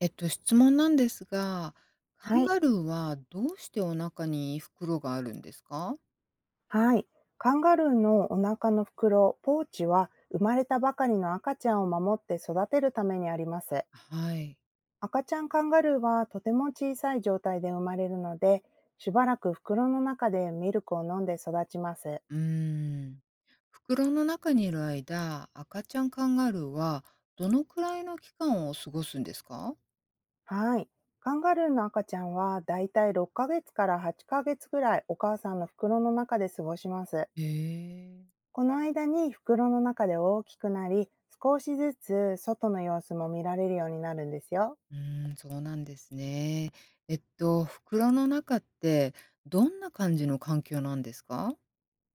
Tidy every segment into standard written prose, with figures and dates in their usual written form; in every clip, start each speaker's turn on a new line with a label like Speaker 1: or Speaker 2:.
Speaker 1: 質問なんですが、カン
Speaker 2: はい。
Speaker 1: ガルーはどうしてお腹に袋があるんですか？
Speaker 2: はい。カンガルーのお腹の袋、ポーチは生まれたばかりの赤ちゃんを守って育てるためにあります。
Speaker 1: はい。
Speaker 2: 赤ちゃんカンガルーはとても小さい状態で生まれるので、しばらく袋の中でミルクを飲んで育ちます。
Speaker 1: うーん。袋の中にいる間、赤ちゃんカンガルーはどのくらいの期間を過ごすんですか？
Speaker 2: はい。カンガルーの赤ちゃんはだいたい6ヶ月から8ヶ月ぐらいお母さんの袋の中で過ごします。
Speaker 1: へえ。
Speaker 2: この間に袋の中で大きくなり、少しずつ外の様子も見られるようになるんですよ。
Speaker 1: うーん、そうなんですね。袋の中ってどんな感じの環境なんですか？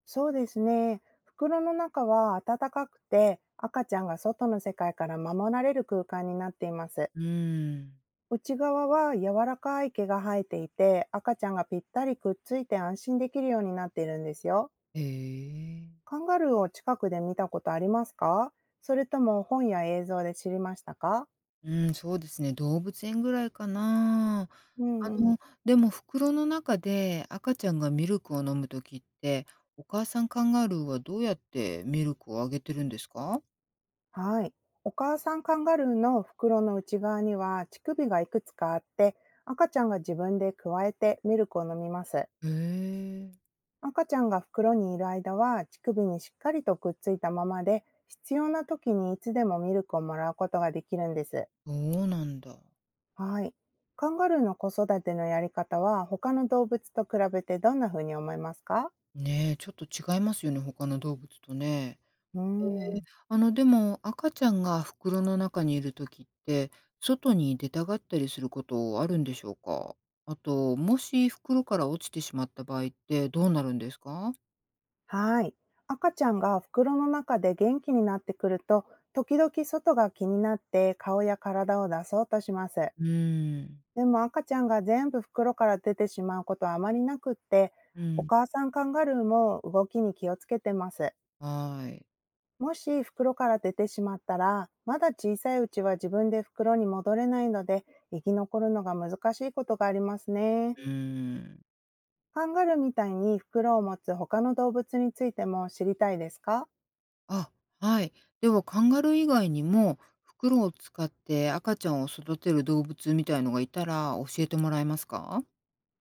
Speaker 2: そうですね。袋の中は暖かくて、赤ちゃんが外の世界から守られる空間になっています。
Speaker 1: うーん。
Speaker 2: 内側は柔らかい毛が生えていて、赤ちゃんがぴったりくっついて安心できるようになっているんですよ。
Speaker 1: へえ。
Speaker 2: カンガルーを近くで見たことありますか？それとも本や映像で知りましたか？
Speaker 1: うん、そうですね、動物園ぐらいかな。
Speaker 2: う
Speaker 1: あ
Speaker 2: んうん。
Speaker 1: の、でも袋の中で赤ちゃんがミルクを飲むときって、お母さんカンガルーはどうやってミルクをあげてるんですか？
Speaker 2: はい。お母さんカンガルーの袋の内側には乳首がいくつかあって、赤ちゃんが自分でくわえてミルクを飲みます。
Speaker 1: へえ。
Speaker 2: 赤ちゃんが袋にいる間は乳首にしっかりとくっついたままで、必要な時にいつでもミルクをもらうことができるんです。
Speaker 1: そうなんだ。
Speaker 2: はい。カンガルーの子育てのやり方は他の動物と比べてどんな風に思いますか？
Speaker 1: ねえ、ちょっと違いますよね、他の動物とね。
Speaker 2: うー
Speaker 1: えー
Speaker 2: ん。
Speaker 1: あの、でも赤ちゃんが袋の中にいるときって、外に出たがったりすることあるんでしょうか？あと、もし袋から落ちてしまった場合ってどうなるんですか？
Speaker 2: はい。赤ちゃんが袋の中で元気になってくると、時々外が気になって顔や体を出そうとします。
Speaker 1: うーん、
Speaker 2: でも赤ちゃんが全部袋から出てしまうことはあまりなくって、
Speaker 1: う
Speaker 2: お
Speaker 1: ん。
Speaker 2: 母さんカンガルーも動きに気をつけてます。
Speaker 1: はい。
Speaker 2: もし袋から出てしまったら、まだ小さいうちは自分で袋に戻れないので、生き残るのが難しいことがありますね。
Speaker 1: うーん。
Speaker 2: カンガルーみたいに袋を持つ他の動物についても知りたいですか？
Speaker 1: あ、はい。ではカンガルー以外にも、袋を使って赤ちゃんを育てる動物みたいのがいたら教えてもらえますか？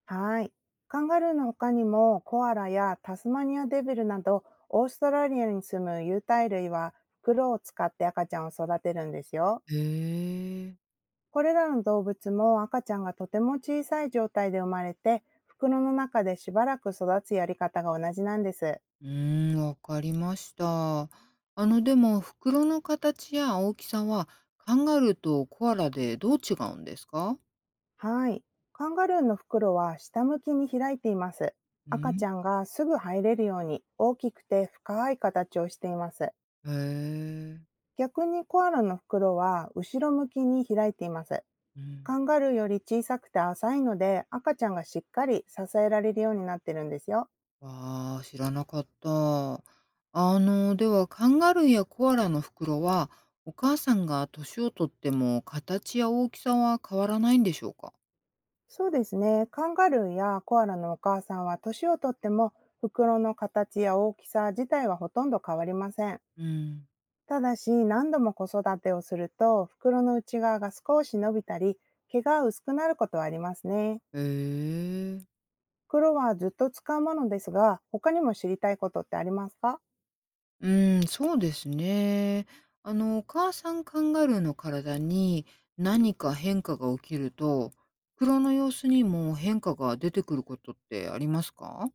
Speaker 2: はい。カンガルーの他にも、コアラやタスマニアデビルなど、オーストラリアに住む有袋類は、袋を使って赤ちゃんを育てるんですよ。
Speaker 1: へえ。
Speaker 2: これらの動物も赤ちゃんがとても小さい状態で生まれて、袋の中でしばらく育つやり方が同じなんです。
Speaker 1: うーん、わかりました。あの、でも袋の形や大きさは、カンガルーとコアラでどう違うんですか？
Speaker 2: はい。カンガルーの袋は下向きに開いています。
Speaker 1: う
Speaker 2: 赤
Speaker 1: ん、
Speaker 2: ちゃんがすぐ入れるように大きくて深い形をしています。
Speaker 1: へえ。
Speaker 2: 逆にコアラの袋は後ろ向きに開いています。
Speaker 1: うん。
Speaker 2: カンガルーより小さくて浅いので、赤ちゃんがしっかり支えられるようになってるんですよ。
Speaker 1: わあ、知らなかった。あの、では、カンガルーやコアラの袋は、お母さんが年をとっても形や大きさは変わらないんでしょうか？
Speaker 2: そうですね。カンガルーやコアラのお母さんは年をとっても、袋の形や大きさ自体はほとんど変わりません。
Speaker 1: うん。
Speaker 2: ただし何度も子育てをすると、袋の内側が少し伸びたり毛が薄くなることはありますね。
Speaker 1: へえ。
Speaker 2: 袋はずっと使うものですが、他にも知りたいことってありますか？
Speaker 1: うん、そうですね。あの、お母さんカンガルーの体に何か変化が起きると、袋の様子にも変化が出てくることってありますか？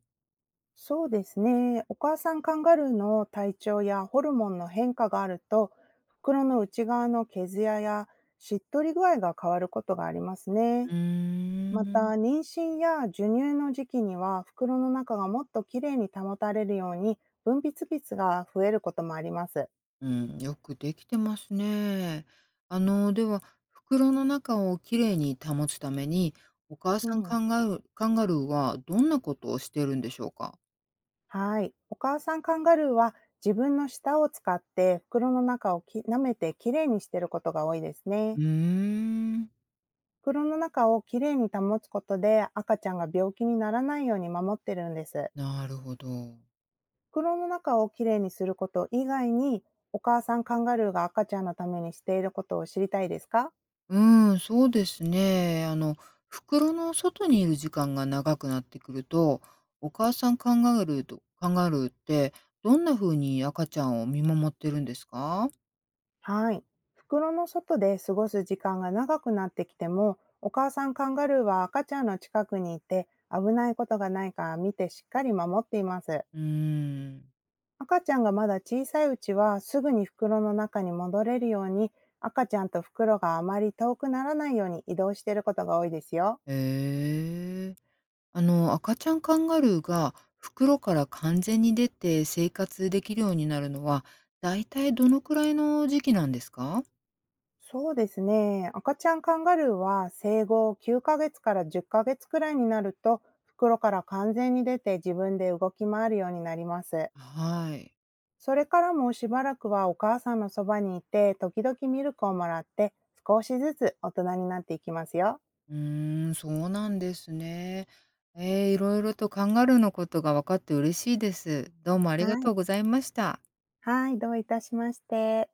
Speaker 2: そうですね。お母さんカンガルーの体調やホルモンの変化があると、袋の内側の毛艶やしっとり具合が変わることがありますね。
Speaker 1: うー
Speaker 2: また、
Speaker 1: ん。
Speaker 2: 妊娠や授乳の時期には、袋の中がもっときれいに保たれるように、分泌物が増えることもあります。
Speaker 1: うん、よくできてますね。あの、では、袋の中をきれいに保つために、お母
Speaker 2: う
Speaker 1: さん
Speaker 2: ん。
Speaker 1: カンガルーカンガルーはどんなことをしてるんでしょうか？
Speaker 2: はい。お母さんカンガルーは、自分の舌を使って袋の中を舐めてきれいにしていることが多いです
Speaker 1: う
Speaker 2: ね。
Speaker 1: ーん。
Speaker 2: 袋の中をきれいに保つことで、赤ちゃんが病気にならないように守ってるんです。
Speaker 1: なるほど。
Speaker 2: 袋の中をきれいにすること以外に、お母さんカンガルーが赤ちゃんのためにしていることを知りたいですか？
Speaker 1: うん、そうですね。あの、袋の外にいる時間が長くなってくると、お母さんカンガルーってどんな風に赤ちゃんを見守ってるんですか？
Speaker 2: はい。袋の外で過ごす時間が長くなってきても、お母さんカンガルーは赤ちゃんの近くにいて、危ないことがないか見てしっかり守っています。
Speaker 1: うーん。
Speaker 2: 赤ちゃんがまだ小さいうちは、すぐに袋の中に戻れるように、赤ちゃんと袋があまり遠くならないように移動していることが多いですよ。
Speaker 1: ええ。あの、赤ちゃんカンガルーが袋から完全に出て生活できるようになるのは、だいたいどのくらいの時期なんですか？
Speaker 2: そうですね。赤ちゃんカンガルーは生後9ヶ月かげつから10ヶ月くらいになると、袋から完全に出て自分で動き回るようになります。
Speaker 1: はい。
Speaker 2: それからもしばらくはお母さんのそばにいて、時々ミルクをもらって、少しずつ大人になっていきますよ。
Speaker 1: うーん、そうなんですね。ええ、いろいろとカンガルーのことが分かって嬉しいです。どうもありが
Speaker 2: はい。
Speaker 1: とうございました。
Speaker 2: はい、どういたしまして。